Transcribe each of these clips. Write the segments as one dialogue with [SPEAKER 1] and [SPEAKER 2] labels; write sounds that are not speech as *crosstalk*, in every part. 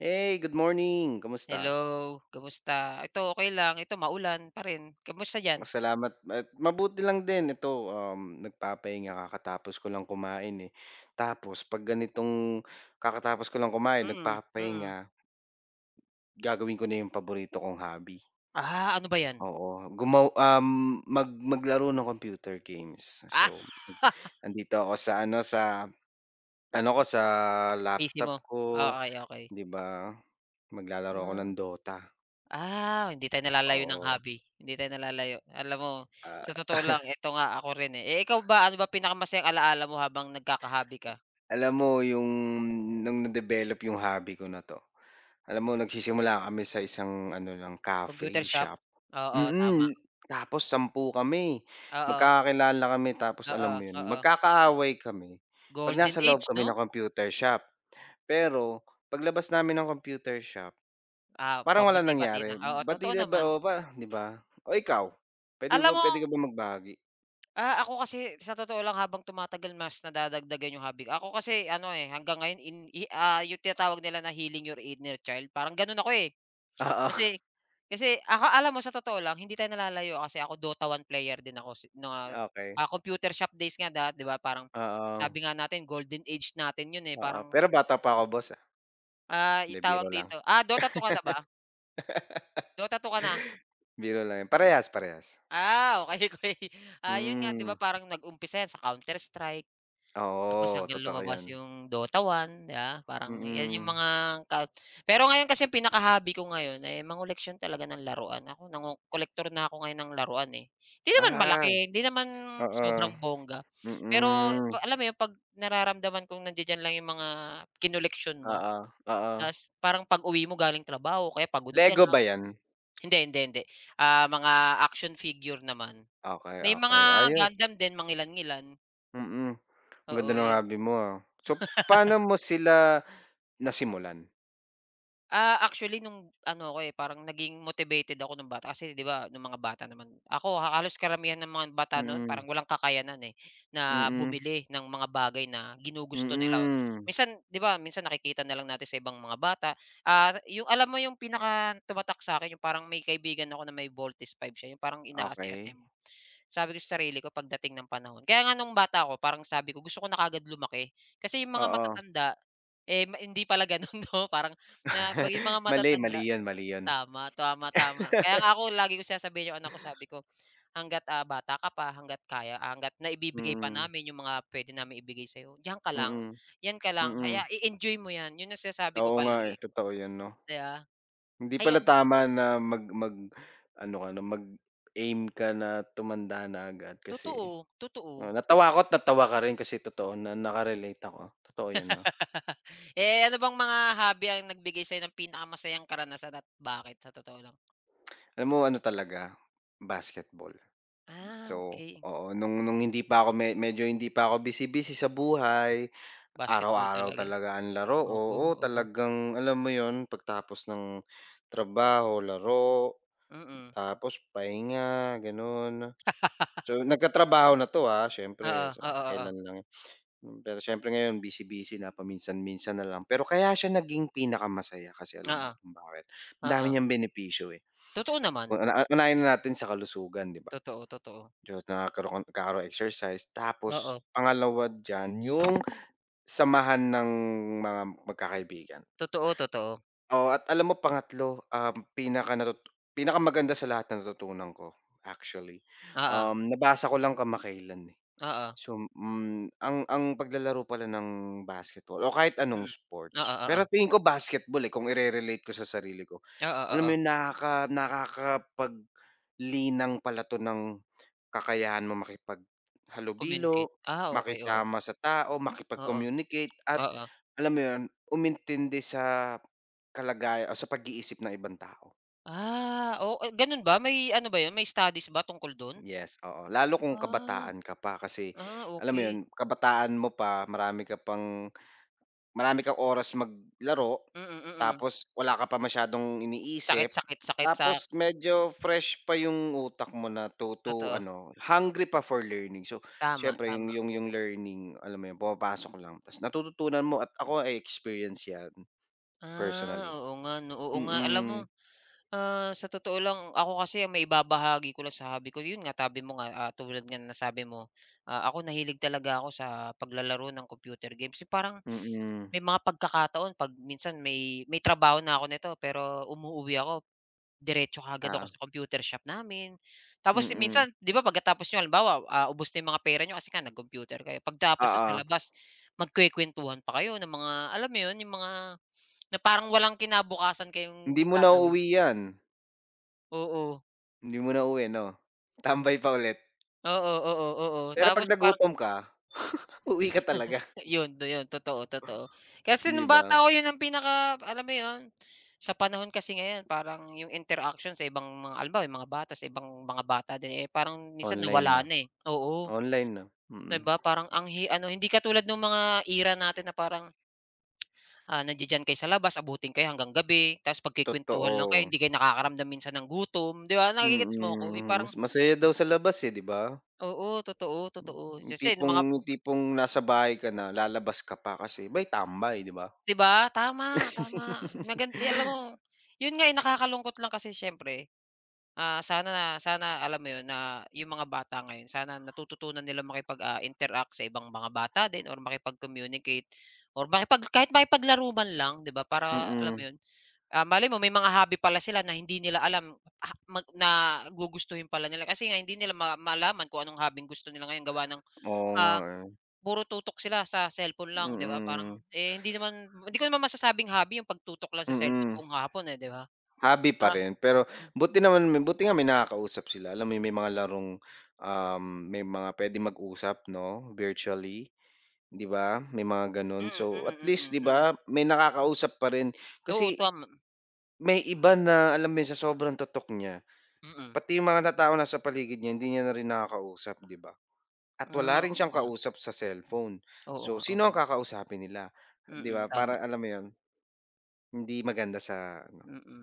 [SPEAKER 1] Hey, good morning.
[SPEAKER 2] Hello,
[SPEAKER 1] Kamusta?
[SPEAKER 2] kamusta? Ito okay lang, ito maulan pa rin. Kamusta diyan?
[SPEAKER 1] Salamat at mabuti lang din. Ito, nagpapahinga kakatapos ko lang kumain eh. Tapos pag ganitong kakatapos ko lang kumain,
[SPEAKER 2] Mm, mm.
[SPEAKER 1] nagpapahinga, gagawin ko na yung paborito kong hobby.
[SPEAKER 2] Ah, ano ba 'yan?
[SPEAKER 1] Oo, maglaro ng computer games.
[SPEAKER 2] Ah,
[SPEAKER 1] So,
[SPEAKER 2] *laughs*
[SPEAKER 1] nandito ako sa ano ko sa
[SPEAKER 2] busy
[SPEAKER 1] laptop
[SPEAKER 2] mo?
[SPEAKER 1] ko,
[SPEAKER 2] Okey, okey.
[SPEAKER 1] 'di ba? Maglalaro ako
[SPEAKER 2] Ah,
[SPEAKER 1] ng Dota.
[SPEAKER 2] ah, hindi tayo nalalayo ng
[SPEAKER 1] Oo,
[SPEAKER 2] hobby, hindi tayo nalalayo. Alam mo, sa
[SPEAKER 1] ah,
[SPEAKER 2] totoo lang ito nga ako rin, eh. Eh, ikaw ba, ano ba pinakamasayang alaala mo habang nagkaka-hobby ka?
[SPEAKER 1] alam mo yung nung na-develop yung hobby ko na 'to, alam mo nagsisimula kami sa isang ano lang
[SPEAKER 2] Computer
[SPEAKER 1] cafe
[SPEAKER 2] shop?
[SPEAKER 1] shop,
[SPEAKER 2] Oo,
[SPEAKER 1] mm.
[SPEAKER 2] tama.
[SPEAKER 1] Tapos 10 kami,
[SPEAKER 2] Oo,
[SPEAKER 1] magkakakilala kami tapos
[SPEAKER 2] oo,
[SPEAKER 1] alam mo yun,
[SPEAKER 2] oo.
[SPEAKER 1] magkakaaway kami 'pag
[SPEAKER 2] Golden
[SPEAKER 1] nasa loob
[SPEAKER 2] age
[SPEAKER 1] kami
[SPEAKER 2] 'no?
[SPEAKER 1] ng computer shop. Pero paglabas namin ng computer shop,
[SPEAKER 2] Ah,
[SPEAKER 1] parang wala
[SPEAKER 2] pabati-bati na.
[SPEAKER 1] nangyari,
[SPEAKER 2] Oo,
[SPEAKER 1] ba't di
[SPEAKER 2] totoo
[SPEAKER 1] na ba
[SPEAKER 2] naman.
[SPEAKER 1] o ba 'di ba? O ikaw,
[SPEAKER 2] Alam mo.
[SPEAKER 1] pwede ka ba magbahagi?
[SPEAKER 2] Ah, ako kasi sa totoo lang habang tumatagal mas nadadagdagan yung hobby ko. Ako kasi ano, eh, hanggang ngayon in i ah, yung tinatawag nila na healing your inner child parang gano'n ako, eh.
[SPEAKER 1] Oo,
[SPEAKER 2] Kasi
[SPEAKER 1] *laughs*
[SPEAKER 2] kasi ako alam mo, sa totoo lang hindi tayo nalalayo kasi ako Dota one player din ako si na, ah,
[SPEAKER 1] okay.
[SPEAKER 2] ah, computer shop days nga da 'di ba parang
[SPEAKER 1] Oo,
[SPEAKER 2] sabi nga natin golden age natin 'yun, eh,
[SPEAKER 1] oo.
[SPEAKER 2] parang,
[SPEAKER 1] Pero bata pa ako boss, ah,
[SPEAKER 2] ah,
[SPEAKER 1] hindi
[SPEAKER 2] itawag
[SPEAKER 1] biro lang.
[SPEAKER 2] dito ah, Dota 2 ka na ba? Dota 2 ka na?
[SPEAKER 1] Biro lang yun, parehas, parehas.
[SPEAKER 2] Ah, okay *laughs* okey. Ah, 'yun nga 'di ba
[SPEAKER 1] Mm,
[SPEAKER 2] parang nag-umpisa 'yan sa Counter Strike. Tapos
[SPEAKER 1] oo,
[SPEAKER 2] hanggang
[SPEAKER 1] totoo yan.
[SPEAKER 2] lumabas yung Dota One, 'di ba? Parang 'yan yung
[SPEAKER 1] Mm.
[SPEAKER 2] mga ka pero ngayon kasi pinaka-hobby ko ngayon, eh, mangoleksyon talaga ng laruan. Ako nang collector na ako ngayon ng laruan, eh. Hindi naman
[SPEAKER 1] Ah,
[SPEAKER 2] malaki, hindi naman
[SPEAKER 1] oo,
[SPEAKER 2] sobrang bongga. Pero
[SPEAKER 1] mm,
[SPEAKER 2] pa alam mo yung 'pag nararamdaman kong nandiya-diyan lang yung mga kinoleksyon mo,
[SPEAKER 1] oo, oo.
[SPEAKER 2] ta's parang pag-uwi mo galing trabaho kaya pagod ka
[SPEAKER 1] Lego
[SPEAKER 2] lang
[SPEAKER 1] ba yan?
[SPEAKER 2] hindi, hindi, hindi, ah, mga action figure naman.
[SPEAKER 1] Okey,
[SPEAKER 2] May mga
[SPEAKER 1] okey, ayos,
[SPEAKER 2] Gundam din, ilan ilan.
[SPEAKER 1] mm. Ang ganda
[SPEAKER 2] Oo,
[SPEAKER 1] ng
[SPEAKER 2] yun.
[SPEAKER 1] hobby mo, ah. So, paano mo sila nasimulan?
[SPEAKER 2] Ah, actually nung ano ako, eh, parang naging motivated ako nung bata kasi 'di ba nung mga bata naman ako ha halos karamihan ng mga bata noon
[SPEAKER 1] Mm,
[SPEAKER 2] parang walang kakayanan, eh, na
[SPEAKER 1] mm,
[SPEAKER 2] bumili ng mga bagay na ginugusto nila.
[SPEAKER 1] mm,
[SPEAKER 2] Minsan 'di ba minsan nakikita na lang natin sa ibang mga bata, ah, yung alam mo yung pinaka tumatak sa akin yung parang may kaibigan ako na may Voltes 5 siya yung parang inaase-asem
[SPEAKER 1] okey,
[SPEAKER 2] sabi ko sa sarili ko pagdating ng panahon. Kaya nga nung bata ako parang sabi ko gusto ko na kaagad lumaki. Kasi yung mga
[SPEAKER 1] oo.
[SPEAKER 2] matatanda, eh, ma hindi pala gano'n *laughs* 'no, parang na 'pag yung mga
[SPEAKER 1] *laughs* Mali, mali
[SPEAKER 2] matatanda.
[SPEAKER 1] yun, mali yun.
[SPEAKER 2] Tama, tama, tama. Kaya nga ako lagi ko sinasabihan yung anak ko sabi ko, "Hangga't, ah, bata ka pa, hangga't kaya ah, hangga't naibibigay pa
[SPEAKER 1] Mm,
[SPEAKER 2] namin yung mga pwede naming ibigay sa'yo, diyan ka lang,
[SPEAKER 1] mm,
[SPEAKER 2] 'yan ka lang,
[SPEAKER 1] mm.
[SPEAKER 2] kaya i-enjoy mo 'yan." Yun ang sinasabi ko
[SPEAKER 1] Oo nga, eh,
[SPEAKER 2] palagi,
[SPEAKER 1] totoo yan 'no.
[SPEAKER 2] kaya
[SPEAKER 1] Hindi pala
[SPEAKER 2] ayun,
[SPEAKER 1] tama na mag-ano ka na, mag-aim ka na tumanda na agad kasi
[SPEAKER 2] totoo,
[SPEAKER 1] oo,
[SPEAKER 2] totoo.
[SPEAKER 1] natawa ako at natawa ka rin kasi totoo na naka ako. Totoo 'yun 'no.
[SPEAKER 2] *laughs* Eh, ano bang mga hobby ang nagbigay sa'yo ng pinakamasayang karanasan at bakit sa totoo lang?
[SPEAKER 1] Alam mo ano talaga, basketball.
[SPEAKER 2] Ah,
[SPEAKER 1] So,
[SPEAKER 2] okey.
[SPEAKER 1] oo, nung hindi pa ako me medyo hindi pa ako busy-busy sa buhay,
[SPEAKER 2] Basketball
[SPEAKER 1] araw-araw
[SPEAKER 2] talaga.
[SPEAKER 1] talaga ang laro,
[SPEAKER 2] Oo,
[SPEAKER 1] oo,
[SPEAKER 2] oo.
[SPEAKER 1] talagang alam mo 'yun, pagtapos ng trabaho, laro,
[SPEAKER 2] Mm.
[SPEAKER 1] tapos pahinga, gano'n. So, nagkatrabaho na 'to, ah,
[SPEAKER 2] Oo,
[SPEAKER 1] siyempre. So,
[SPEAKER 2] oo, oo.
[SPEAKER 1] kailan lang hmm, pero siyempre ngayon busy-busy na, paminsan-minsan na lang. Pero kaya siya naging pinakamasaya kasi alam
[SPEAKER 2] Oo,
[SPEAKER 1] mo kung bakit? Ang dami
[SPEAKER 2] oo.
[SPEAKER 1] niyang benepisyo, eh.
[SPEAKER 2] Totoo naman.
[SPEAKER 1] So, una unahin na natin sa kalusugan, 'di ba?
[SPEAKER 2] Totoo, totoo.
[SPEAKER 1] So, nagkakaroon exercise
[SPEAKER 2] Oo.
[SPEAKER 1] tapos pangalawa diyan yung samahan ng mga magkakaibigan.
[SPEAKER 2] Totoo, totoo.
[SPEAKER 1] Oh at alam mo pangatlo, pinakamaganda sa lahat na natutunan ko, actually,
[SPEAKER 2] Oo,
[SPEAKER 1] nabasa ko lang kamakailan, eh.
[SPEAKER 2] oo.
[SPEAKER 1] So, hmm, ang paglalaro pala ng basketball o kahit anong
[SPEAKER 2] Mm. Oo,
[SPEAKER 1] sports,
[SPEAKER 2] oo.
[SPEAKER 1] pero tingin ko basketball, eh, kung ire-relate ko sa sarili ko.
[SPEAKER 2] Oo,
[SPEAKER 1] Alam mo
[SPEAKER 2] oo.
[SPEAKER 1] 'yun, nakakapaglinang pala 'to ng kakayahan mo
[SPEAKER 2] Communicate.
[SPEAKER 1] makipaghalubilo,
[SPEAKER 2] Ah, okey, oo.
[SPEAKER 1] makisama sa tao,
[SPEAKER 2] Oo,
[SPEAKER 1] makipag-communicate at
[SPEAKER 2] oo.
[SPEAKER 1] alam mo 'yun, umintindi sa kalagay o sa pag-iisip ng ibang tao.
[SPEAKER 2] Ah, o ah, gano'n ba? May ano ba 'yun, may studies ba tungkol do'n?
[SPEAKER 1] Yes, oo, lalo kung
[SPEAKER 2] Ah,
[SPEAKER 1] kabataan ka pa kasi alam mo 'yun,
[SPEAKER 2] okey.
[SPEAKER 1] kabataan mo pa marami ka pang marami kang oras maglaro,
[SPEAKER 2] Mm, mm.
[SPEAKER 1] tapos wala ka pa masyadong iniisip,
[SPEAKER 2] Sakit, sakit, sakit sa.
[SPEAKER 1] tapos medyo fresh pa yung utak mo na to
[SPEAKER 2] Totoo,
[SPEAKER 1] ano, hungry pa for learning. So,
[SPEAKER 2] tama,
[SPEAKER 1] siyempre yung
[SPEAKER 2] tama.
[SPEAKER 1] yung yung learning, alam mo yun, pumapasok lang tapos natututunan mo at ako ay experience yan,
[SPEAKER 2] Ah,
[SPEAKER 1] personally.
[SPEAKER 2] oo nga 'no, oo nga. Alam mo.
[SPEAKER 1] Mm,
[SPEAKER 2] Ah, sa totoo lang ako kasi ang maibabahagi ko lang sa hobby ko, yun nga tabi mo nga, ah, tulad nga ng nasabi mo, ah, ako nahilig talaga ako sa paglalaro ng computer games. Yung parang
[SPEAKER 1] mm,
[SPEAKER 2] may mga pagkakataon 'pag minsan may trabaho na ako nito pero umuwi ako, diretso kaagad ako
[SPEAKER 1] ah
[SPEAKER 2] sa computer shop namin. Tapos eh,
[SPEAKER 1] mm,
[SPEAKER 2] minsan 'di ba pagkatapos nyo halimbawa, ah, ubos na yung mga pera niyo kasi nga nag-computer kayo. Pagtapos nun sa
[SPEAKER 1] oo.
[SPEAKER 2] labas, magkukuwentuhan pa kayo ng mga alam mo yun, yung mga na parang walang kinabukasan
[SPEAKER 1] Hindi
[SPEAKER 2] kayong
[SPEAKER 1] mo na
[SPEAKER 2] gagawin.
[SPEAKER 1] nauuwi yan,
[SPEAKER 2] Oo.
[SPEAKER 1] hindi mo na nauwi 'no? Tambay pa ulit.
[SPEAKER 2] Oo, oo, oo.
[SPEAKER 1] Pero 'pag
[SPEAKER 2] Tapos parang
[SPEAKER 1] nagutom ka, *laughs* uwi ka talaga,
[SPEAKER 2] yun, do yun totoo, totoo. Kasi
[SPEAKER 1] 'di
[SPEAKER 2] nung bata
[SPEAKER 1] ba?
[SPEAKER 2] ako yun ang pinaka alam mo yun, sa panahon kasi ngayon parang yung interaction sa ibang mga alba yung mga bata sa ibang mga bata din, eh, parang minsan
[SPEAKER 1] Online na.
[SPEAKER 2] nawala na, eh. Oo,
[SPEAKER 1] Online na, mm.
[SPEAKER 2] 'di ba parang ang hi ano hindi katulad ng mga era natin na parang, ah, nandiya-diyan kayo sa labas, abutin kayo hanggang gabi, tapos pagkukuwentuhan lang kayo,
[SPEAKER 1] Totoo,
[SPEAKER 2] hindi kayo nakakaramdam minsan ng gutom, 'di ba? Nagegets mo ako? Yung
[SPEAKER 1] mm.
[SPEAKER 2] parang
[SPEAKER 1] Mas masaya daw sa labas, eh, 'di ba?
[SPEAKER 2] oo, totoo, totoo. Kasi nung mga
[SPEAKER 1] Yung tipong nasa bahay ka na lalabas ka pa kasi may tambay, 'di ba?
[SPEAKER 2] 'di ba? Tama, tama.
[SPEAKER 1] *laughs*
[SPEAKER 2] Magan eh, alam mo, 'yun nga, eh, nakakalungkot lang kasi siyempre, ah, sana na, sana alam mo 'yun na 'yung mga bata ngayon sana natututunan nila makipag, ah, interact sa ibang mga bata din or makipag-communicate or makipag kahit makipaglaro man lang, 'di ba? Para alam mo
[SPEAKER 1] Mm,
[SPEAKER 2] 'yun, ah, malay mo may mga hobby pala sila na hindi nila alam ha mag na gugustuhin pala nila kasi nga hindi nila ma malaman kung anong hobby ang gusto nila ngayon gawa ng,
[SPEAKER 1] oo nga,
[SPEAKER 2] ah.
[SPEAKER 1] eh.
[SPEAKER 2] Puro tutok sila sa cellphone lang, 'di ba? Parang,
[SPEAKER 1] Mm,
[SPEAKER 2] eh, hindi ko naman masasabing hobby yung pagtutok lang sa cellphone
[SPEAKER 1] mm.
[SPEAKER 2] buong hapon, eh, 'di ba?
[SPEAKER 1] Hobby pa
[SPEAKER 2] Ah,
[SPEAKER 1] rin pero
[SPEAKER 2] hmm,
[SPEAKER 1] buti naman may buti nga may nakakausap sila. Alam mo yun, may mga larong, um, may mga puwedeng mag-usap 'no, virtually, 'di ba? May mga gano'n.
[SPEAKER 2] mm,
[SPEAKER 1] So, at
[SPEAKER 2] mm, mm,
[SPEAKER 1] least
[SPEAKER 2] mm.
[SPEAKER 1] 'di
[SPEAKER 2] Mm.
[SPEAKER 1] ba, may nakakausap pa rin
[SPEAKER 2] Oo,
[SPEAKER 1] kasi
[SPEAKER 2] tama,
[SPEAKER 1] may iba na alam mo yun, sa sobrang tutok niya,
[SPEAKER 2] mm.
[SPEAKER 1] pati yung mga na tao nasa paligid niya hindi niya na rin nakakausap, 'di ba? At
[SPEAKER 2] Ah,
[SPEAKER 1] wala rin
[SPEAKER 2] oo
[SPEAKER 1] siyang
[SPEAKER 2] nga,
[SPEAKER 1] kausap sa cellphone.
[SPEAKER 2] oo
[SPEAKER 1] So,
[SPEAKER 2] nga, oo
[SPEAKER 1] sino ang
[SPEAKER 2] nga.
[SPEAKER 1] kakausapin nila, 'di
[SPEAKER 2] Mm,
[SPEAKER 1] ba?
[SPEAKER 2] tama,
[SPEAKER 1] Para alam mo yun, hindi maganda sa ano,
[SPEAKER 2] mm,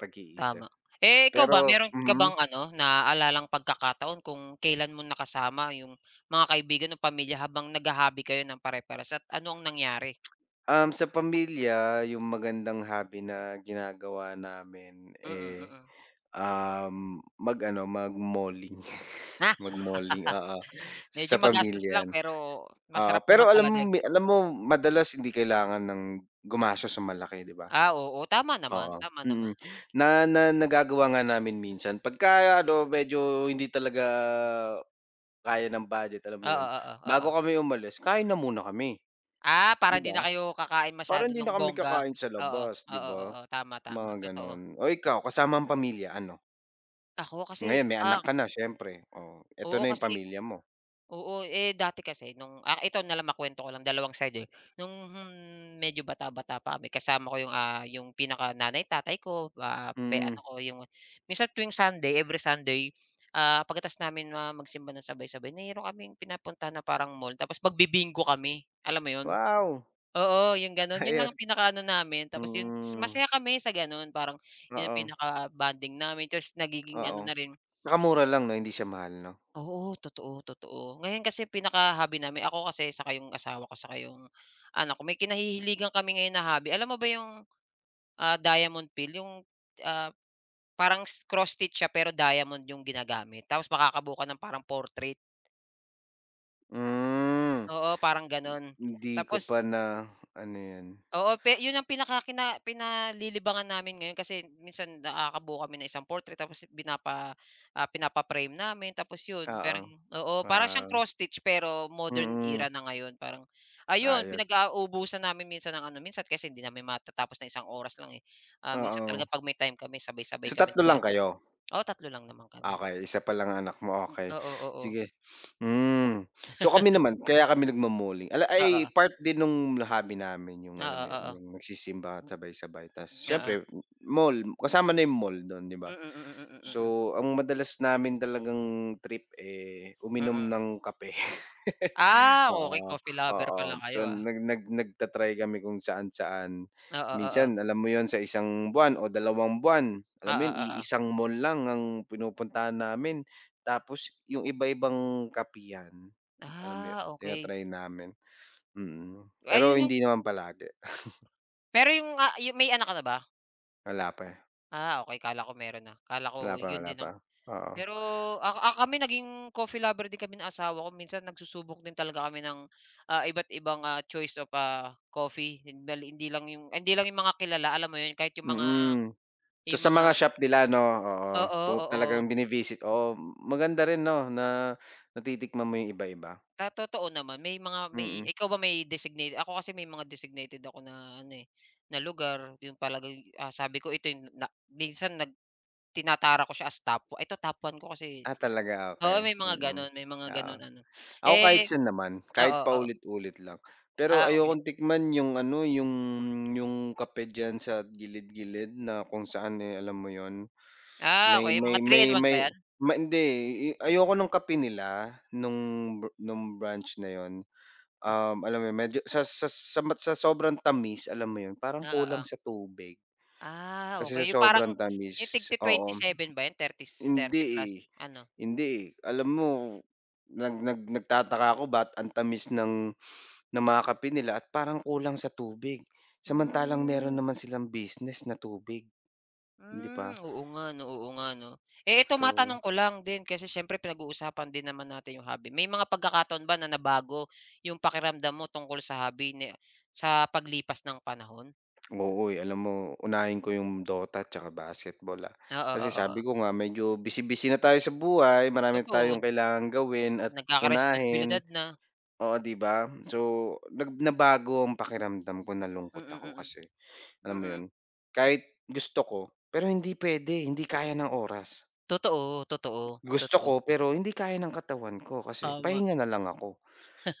[SPEAKER 1] pag-iisip.
[SPEAKER 2] tama. Eh, ikaw
[SPEAKER 1] Pero
[SPEAKER 2] ba meron ka
[SPEAKER 1] mm,
[SPEAKER 2] bang ano, naalalang pagkakataon kung kailan mo nakasama yung mga kaibigan o pamilya habang nagha kayo ng pare-parehas at ano ang nangyari?
[SPEAKER 1] sa pamilya yung magandang hobby na ginagawa namin,
[SPEAKER 2] Mm, mm.
[SPEAKER 1] eh,
[SPEAKER 2] Mm.
[SPEAKER 1] mag-ano, mag-malling. *laughs*
[SPEAKER 2] Ah,
[SPEAKER 1] Mag-malling, oo, sa
[SPEAKER 2] medyo magastos lang
[SPEAKER 1] pamilya.
[SPEAKER 2] pero
[SPEAKER 1] Ah
[SPEAKER 2] masarap naman
[SPEAKER 1] pero alam mo
[SPEAKER 2] talaga.
[SPEAKER 1] mi alam mo madalas hindi kailangan ng gumastos ng malaki, 'di ba?
[SPEAKER 2] Ah, oo, tama naman,
[SPEAKER 1] Oo.
[SPEAKER 2] tama naman.
[SPEAKER 1] Mm, na na nagagawa nga namin minsan pagka ano medyo hindi talaga kaya ng budget, alam mo 'yun,
[SPEAKER 2] Oo, oo,
[SPEAKER 1] bago
[SPEAKER 2] oo.
[SPEAKER 1] kami umalis kain na muna kami,
[SPEAKER 2] Ah,
[SPEAKER 1] 'di
[SPEAKER 2] para hindi
[SPEAKER 1] ba?
[SPEAKER 2] na kayo kakain
[SPEAKER 1] Para
[SPEAKER 2] masyado
[SPEAKER 1] hindi
[SPEAKER 2] ng
[SPEAKER 1] na kami
[SPEAKER 2] bongga.
[SPEAKER 1] kakain sa
[SPEAKER 2] Oo,
[SPEAKER 1] labas, 'di
[SPEAKER 2] oo,
[SPEAKER 1] ba?
[SPEAKER 2] oo, tama, tama,
[SPEAKER 1] Mga
[SPEAKER 2] totoo.
[SPEAKER 1] gano'n. O ikaw kasama ang pamilya ano?
[SPEAKER 2] Ako kasi,
[SPEAKER 1] Ngayon may anak
[SPEAKER 2] ah,
[SPEAKER 1] ka na siyempre, oh, eto na
[SPEAKER 2] oo,
[SPEAKER 1] 'yung
[SPEAKER 2] kasi.
[SPEAKER 1] pamilya mo.
[SPEAKER 2] Oo, eh, dati kasi nung ah, ito na lang makuwento ko lang dalawang side, eh. Nung medyo bata-bata pa kami kasama ko yung, ah, yung pinakananay tatay ko, ah, pe ano
[SPEAKER 1] Mm,
[SPEAKER 2] ko yung minsan tuwing Sunday, every Sunday, ah, pagkatapos namin ma magsimba ng sabay-sabay mayroon kaming pinapuntahan na parang mall tapos magbi-bingo kami, alam mo yun?
[SPEAKER 1] wow,
[SPEAKER 2] Oo, yung
[SPEAKER 1] *laughs*
[SPEAKER 2] gano'n, yun lang
[SPEAKER 1] ayos.
[SPEAKER 2] ang pinakaano namin tapos yun s-
[SPEAKER 1] Mm,
[SPEAKER 2] masaya kami sa gano'n parang yun ang
[SPEAKER 1] oo,
[SPEAKER 2] pinaka-bonding namin tapos nagiging
[SPEAKER 1] oo.
[SPEAKER 2] ano na rin.
[SPEAKER 1] Nakamura lang 'no, hindi siya mahal 'no?
[SPEAKER 2] Oo, totoo, totoo. Ngayon kasi pinaka-hobby namin ako kasi saka yung asawa ko, saka yung anak ko, may kinahihiligan kami ngayon na hobby. Alam mo ba yung, ah, diamond peel yung, ah, parang s cross stitch siya pero diamond yung ginagamit tapos makakabuo ng parang portrait.
[SPEAKER 1] Hmm,
[SPEAKER 2] Oo, parang gano'n.
[SPEAKER 1] hindi ko
[SPEAKER 2] Tapos.
[SPEAKER 1] pa na ano 'yan,
[SPEAKER 2] Oo, pe yun ang pinaka kina pinalilibangan namin ngayon kasi minsan nakakabuo kami ng isang portrait tapos pinapa-frame namin tapos yun
[SPEAKER 1] oo,
[SPEAKER 2] parang oo, para siyang
[SPEAKER 1] wow,
[SPEAKER 2] cross stitch pero modern
[SPEAKER 1] mm,
[SPEAKER 2] era na ngayon parang ayun
[SPEAKER 1] ayos,
[SPEAKER 2] pinag-auubusan namin minsan ng ano minsan kasi hindi namin matatapos ng isang oras lang, eh. Ah, minsan
[SPEAKER 1] oo.
[SPEAKER 2] talaga 'pag may time kami sabay-sabay
[SPEAKER 1] So,
[SPEAKER 2] kami
[SPEAKER 1] tatlo lang
[SPEAKER 2] nag.
[SPEAKER 1] kayo?
[SPEAKER 2] Oo, tatlo lang naman kami.
[SPEAKER 1] Okey, isa pa lang ang anak mo, okey.
[SPEAKER 2] Oo, oo.
[SPEAKER 1] Sige, hmm. So, kami naman kaya kami nagmo-malling ala ay
[SPEAKER 2] Oo.
[SPEAKER 1] part din nung hobby namin yung
[SPEAKER 2] Oo,
[SPEAKER 1] alam mo 'yun,
[SPEAKER 2] oo.
[SPEAKER 1] yung
[SPEAKER 2] Oo.
[SPEAKER 1] nagsisimba sabay-sabay ta's
[SPEAKER 2] Oo.
[SPEAKER 1] siyempre mall, kasama na yung mall do'n, 'di ba?
[SPEAKER 2] Mm, mm, mm, mm, mm. Mm. Mm.
[SPEAKER 1] So, ang madalas namin talagang trip, eh,
[SPEAKER 2] Mm,
[SPEAKER 1] uminom
[SPEAKER 2] mm.
[SPEAKER 1] ng kape. *laughs*
[SPEAKER 2] Ah, okay
[SPEAKER 1] Oo,
[SPEAKER 2] coffee lover
[SPEAKER 1] oo.
[SPEAKER 2] pala kayo,
[SPEAKER 1] So,
[SPEAKER 2] ah.
[SPEAKER 1] nag nag nagta-try kami kung saan-saan.
[SPEAKER 2] Oo, oo.
[SPEAKER 1] Minsan alam mo yon sa isang buwan o 2 buwan, alam mo
[SPEAKER 2] Oo,
[SPEAKER 1] 'yun,
[SPEAKER 2] oo.
[SPEAKER 1] iisang mall lang ang pinupuntahan namin. Tapos yung iba-ibang kapihan, alam mo 'yun,
[SPEAKER 2] Ah, okey.
[SPEAKER 1] tina-try namin, mm. Pero
[SPEAKER 2] Ayun yung
[SPEAKER 1] hindi naman palagi,
[SPEAKER 2] pero yung, ah, yung may anak ka na ba?
[SPEAKER 1] wala pa, eh.
[SPEAKER 2] Ah, okay akala ko meron na. Akala ko yun
[SPEAKER 1] Wala
[SPEAKER 2] din
[SPEAKER 1] pa,
[SPEAKER 2] ang
[SPEAKER 1] oo.
[SPEAKER 2] pero ako ah, kami naging coffee lover din kami ng asawa ko. Minsan nagsusubok din talaga kami ng, ah, iba't ibang, ah, choice of, ah, coffee. Hindi hindi lang yung mga kilala, alam mo yun, kahit
[SPEAKER 1] Mm. So,
[SPEAKER 2] yung
[SPEAKER 1] sa
[SPEAKER 2] mga
[SPEAKER 1] mga shop nila 'no, oo,
[SPEAKER 2] oo,
[SPEAKER 1] pu
[SPEAKER 2] oo.
[SPEAKER 1] talagang bini-visit oo, maganda rin 'no na natitikman mo yung iba-iba,
[SPEAKER 2] Sa totoo naman may mga may
[SPEAKER 1] mm.
[SPEAKER 2] ikaw ba may designated ako kasi may mga designated ako na ano, eh, na lugar yung palagay ah, sabi ko ito yung na minsan nag tinatara ko siya as top 1 ko kasi
[SPEAKER 1] Ah, talaga, okey,
[SPEAKER 2] oo,
[SPEAKER 1] mm,
[SPEAKER 2] may mga
[SPEAKER 1] oo.
[SPEAKER 2] gano'n ano.
[SPEAKER 1] Ako kahit
[SPEAKER 2] Eh
[SPEAKER 1] saan naman, kahit
[SPEAKER 2] oo, oo.
[SPEAKER 1] paulit-ulit lang. Pero
[SPEAKER 2] Ah, okey.
[SPEAKER 1] ayokong tikman yung ano, yung kape diyan sa gilid-gilid na kung saan, eh, alam mo yon,
[SPEAKER 2] Ah,
[SPEAKER 1] may
[SPEAKER 2] okey
[SPEAKER 1] may
[SPEAKER 2] mga three
[SPEAKER 1] may
[SPEAKER 2] in one
[SPEAKER 1] may
[SPEAKER 2] ba 'yan?
[SPEAKER 1] ma hindi, eh, ayoko nung kape nila nung br nung branch na yon. Alam mo yun, medyo sa sa sobrang tamis, alam mo yon, parang
[SPEAKER 2] Oo, oo.
[SPEAKER 1] kulang sa tubig.
[SPEAKER 2] Ah,
[SPEAKER 1] Kasi sa
[SPEAKER 2] okey yung parang
[SPEAKER 1] sobrang
[SPEAKER 2] yung
[SPEAKER 1] tamis,
[SPEAKER 2] tig-ti
[SPEAKER 1] oo.
[SPEAKER 2] seven ba 'yan, 30s,
[SPEAKER 1] Hindi,
[SPEAKER 2] plus
[SPEAKER 1] eh.
[SPEAKER 2] ano?
[SPEAKER 1] Hindi, eh. Alam mo nag nag nagtataka ako ba't ang tamis ng mga kape nila at parang kulang sa tubig. Samantalang meron
[SPEAKER 2] Hmm.
[SPEAKER 1] naman silang business na tubig, hindi ba?
[SPEAKER 2] Hmm, oo nga 'no, oo nga 'no. Eh, ito
[SPEAKER 1] So,
[SPEAKER 2] matanong ko lang din kasi siyempre pinag-uusapan din naman natin yung hobby. May mga pagkakataon ba na nabago yung pakiramdam mo tungkol sa hobby ni sa paglipas ng panahon?
[SPEAKER 1] oo, eh, alam mo unahin ko yung Dota tsaka basketball, ah.
[SPEAKER 2] Oo,
[SPEAKER 1] Kasi
[SPEAKER 2] oo,
[SPEAKER 1] sabi ko
[SPEAKER 2] oo.
[SPEAKER 1] nga medyo busy-busy na tayo sa buhay, marami
[SPEAKER 2] Totoo,
[SPEAKER 1] tayong kailangang gawin at unahin,
[SPEAKER 2] nagkakaresponsibilidad na.
[SPEAKER 1] oo, 'di ba? So, nabago ang pakiramdam ko,
[SPEAKER 2] Mm,
[SPEAKER 1] nalungkot
[SPEAKER 2] mm,
[SPEAKER 1] ako
[SPEAKER 2] mm.
[SPEAKER 1] kasi alam mo 'yun?
[SPEAKER 2] Mm.
[SPEAKER 1] Kahit gusto ko, pero hindi puwede, hindi kaya ng oras.
[SPEAKER 2] Totoo, totoo,
[SPEAKER 1] Gusto
[SPEAKER 2] totoo.
[SPEAKER 1] ko, pero hindi kaya ng katawan ko kasi
[SPEAKER 2] Tama,
[SPEAKER 1] pahinga na lang ako,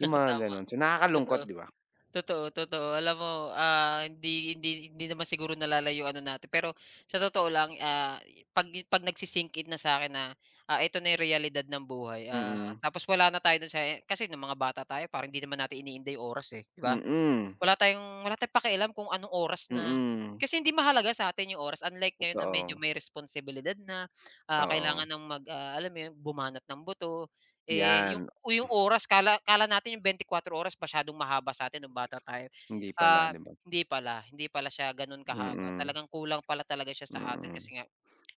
[SPEAKER 1] yung mga
[SPEAKER 2] tama,
[SPEAKER 1] gano'n. So, nakakalungkot,
[SPEAKER 2] totoo.
[SPEAKER 1] 'di ba?
[SPEAKER 2] Totoo, totoo. Alam mo, ah, hindi hindi hindi naman siguro nalalayo ano natin, pero sa totoo lang, ah, 'pag nagsi-sink in na sa'kin na, ah, ito na yung realidad ng buhay, ah,
[SPEAKER 1] Mm.
[SPEAKER 2] tapos wala na tayo dun sa eh, kasi nung mga bata tayo parang hindi naman natin iniinda yung oras, eh, 'di ba?
[SPEAKER 1] Mm.
[SPEAKER 2] Wala tayong pakialam kung anong oras na
[SPEAKER 1] Mm.
[SPEAKER 2] kasi hindi mahalaga sa'tin yung oras unlike ngayon na medyo
[SPEAKER 1] Totoo.
[SPEAKER 2] may responsibilidad na, ah,
[SPEAKER 1] Oo.
[SPEAKER 2] kailangan ng mag, ah, alam mo yun, bumanat ng buto. Eh, yung
[SPEAKER 1] 'Yan.
[SPEAKER 2] yung oras akala akala natin yung 24 oras masyadong mahaba sa atin nung bata tayo.
[SPEAKER 1] Hindi pala,
[SPEAKER 2] Ah,
[SPEAKER 1] 'di ba?
[SPEAKER 2] hindi pala siya gano'n kahaba.
[SPEAKER 1] Mm.
[SPEAKER 2] Talagang kulang pala talaga siya sa atin
[SPEAKER 1] Mm.
[SPEAKER 2] kasi nga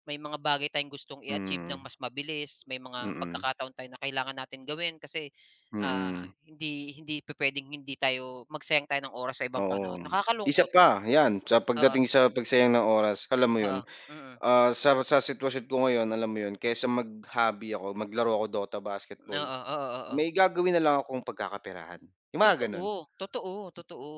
[SPEAKER 2] may mga bagay tayong gustong i-achieve ng
[SPEAKER 1] Mm.
[SPEAKER 2] mas mabilis, may mga
[SPEAKER 1] Mm.
[SPEAKER 2] pagkakataon tayo na kailangan natin gawin kasi, ah,
[SPEAKER 1] Mm.
[SPEAKER 2] hindi hindi pupuwedeng hindi tayo magsayang tayo ng oras sa ibang
[SPEAKER 1] Oo.
[SPEAKER 2] panahon.
[SPEAKER 1] Isa
[SPEAKER 2] Nakakalungkot kas
[SPEAKER 1] pa, 'yan, sa
[SPEAKER 2] oo,
[SPEAKER 1] pagdating sa pagsayang ng oras, alam mo 'yun?
[SPEAKER 2] oo, mm.
[SPEAKER 1] Ah, sa sitwasyon ko ngayon, alam mo 'yun, kaysa mag-hobby ako, maglaro ako Dota, basketball,
[SPEAKER 2] Oo, oo, oo. Oo.
[SPEAKER 1] may gagawin na lang akong pagkakaperahan, yung mga gano'n.
[SPEAKER 2] Totoo, totoo, totoo.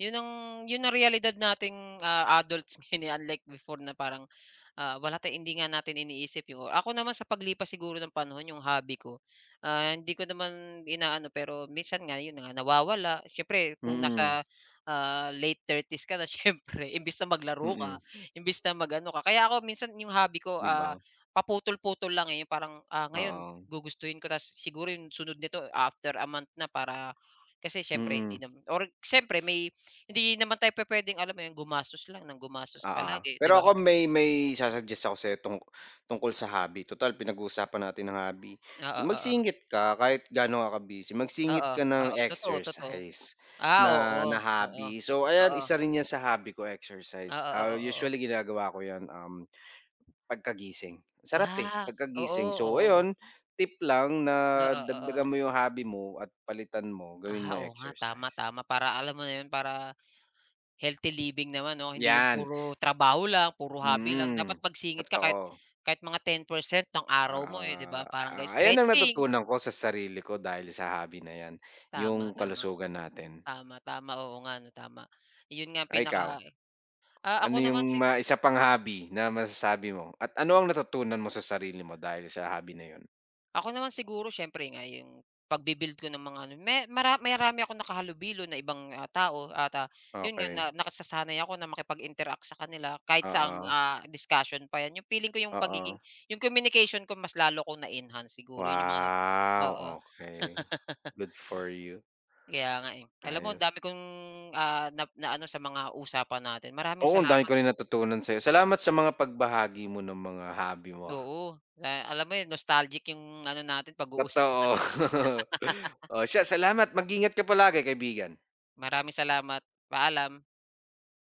[SPEAKER 2] Yun ang realidad nating, ah, adults *laughs* ngayon, eh, unlike before na parang, ah, wala tayo hindi nga natin iniisip yung ako naman sa paglipas siguro ng panahon yung hobby ko, ah, hindi ko naman inaano pero minsan nga yun na nga nawawala. Siyempre kung
[SPEAKER 1] Mm,
[SPEAKER 2] nasa, ah, late 30s s ka na *laughs* siyempre imbis na maglaro
[SPEAKER 1] mm,
[SPEAKER 2] ka, imbis na mag ka kaya ako minsan yung hobby ko,
[SPEAKER 1] 'di
[SPEAKER 2] ah,
[SPEAKER 1] ba?
[SPEAKER 2] paputol-putol lang, eh, yung parang, ah, ngayon
[SPEAKER 1] Oo,
[SPEAKER 2] gugustuhin ko ta's siguro yung sunod nito after a month na para kasi siyempre
[SPEAKER 1] mm,
[SPEAKER 2] hindi naman or siyempre may hindi naman tayo pupuwedeng alam mo 'yun, gumastos lang ng gumastos
[SPEAKER 1] oo.
[SPEAKER 2] palagi, 'di
[SPEAKER 1] Pero
[SPEAKER 2] ba?
[SPEAKER 1] ako may isa-suggest ako sa'yo tungkol sa hobby, tutal pinag-uusapan natin ang hobby.
[SPEAKER 2] Oo, oo.
[SPEAKER 1] Magsingit ka kahit gaano ka ka-busy, magsingit
[SPEAKER 2] Oo,
[SPEAKER 1] ka ng
[SPEAKER 2] oo, totoo, totoo.
[SPEAKER 1] exercise
[SPEAKER 2] Ah,
[SPEAKER 1] na
[SPEAKER 2] oo,
[SPEAKER 1] na
[SPEAKER 2] oo.
[SPEAKER 1] hobby. So ayan,
[SPEAKER 2] Oo.
[SPEAKER 1] isa rin 'yan sa hobby ko, exercise.
[SPEAKER 2] Oo,
[SPEAKER 1] Ah,
[SPEAKER 2] oo, oo.
[SPEAKER 1] usually ginagawa ko 'yan, pagkagising, sarap, eh,
[SPEAKER 2] Ah, oo,
[SPEAKER 1] pagkagising. So
[SPEAKER 2] oo, oo.
[SPEAKER 1] ayun, tip lang na
[SPEAKER 2] Oo, oo.
[SPEAKER 1] dagdagan mo yung hobby mo at palitan mo, gawin
[SPEAKER 2] Ah,
[SPEAKER 1] mo
[SPEAKER 2] oo nga, tama,
[SPEAKER 1] exercise.
[SPEAKER 2] tama. Para alam mo na 'yun, para healthy living naman 'no, hindi yung
[SPEAKER 1] 'Yan,
[SPEAKER 2] puro trabaho lang, puro hobby lang.
[SPEAKER 1] mm,
[SPEAKER 2] Dapat magsingit ka kahit
[SPEAKER 1] totoo.
[SPEAKER 2] kahit mga 10% ng araw
[SPEAKER 1] Oo,
[SPEAKER 2] mo, eh, 'di ba?
[SPEAKER 1] oo,
[SPEAKER 2] Parang ga
[SPEAKER 1] ayan ang
[SPEAKER 2] stretching.
[SPEAKER 1] natutunan ko sa sarili ko dahil sa hobby na 'yan, yung
[SPEAKER 2] Tama, tama.
[SPEAKER 1] kalusugan natin.
[SPEAKER 2] Tama, tama. Oo nga 'no, tama. 'Yun nga ang
[SPEAKER 1] Ay
[SPEAKER 2] pinaka.
[SPEAKER 1] ikaw,
[SPEAKER 2] Ah,
[SPEAKER 1] ano yung mga isa pang hobby na masasabi mo at ano ang natutunan mo sa sarili mo dahil sa hobby na yun?
[SPEAKER 2] ako naman siguro siyempre nga yung pagbi-build ko ng mga ano may marami akong nakahalubilo na ibang, ah, tao at, ah, yun nga na
[SPEAKER 1] Okey,
[SPEAKER 2] nakasasanay ako na makipag-interact sa kanila kahit saang,
[SPEAKER 1] oo,
[SPEAKER 2] ah, discussion pa yan. Yung feeling ko
[SPEAKER 1] oo.
[SPEAKER 2] yung communication ko mas lalo kong na-enhance siguro yun yung mga oo,
[SPEAKER 1] Wow, okay, good for you,
[SPEAKER 2] kaya nga, eh. Alam mo ang
[SPEAKER 1] ayos.
[SPEAKER 2] dami kong, ah, na naano sa mga usapan natin. Maraming
[SPEAKER 1] Oo, ang dami
[SPEAKER 2] salamat.
[SPEAKER 1] ko rin natutunan sa'yo. Salamat sa mga pagbahagi mo ng mga hobby mo, ah.
[SPEAKER 2] Oo, na alam mo yun nostalgic yung ano natin pag-uusap
[SPEAKER 1] Totoo.
[SPEAKER 2] natin.
[SPEAKER 1] *laughs* Oh, siya salamat. Mag-ingat ka palagi kaibigan.
[SPEAKER 2] Maraming salamat. Paalam.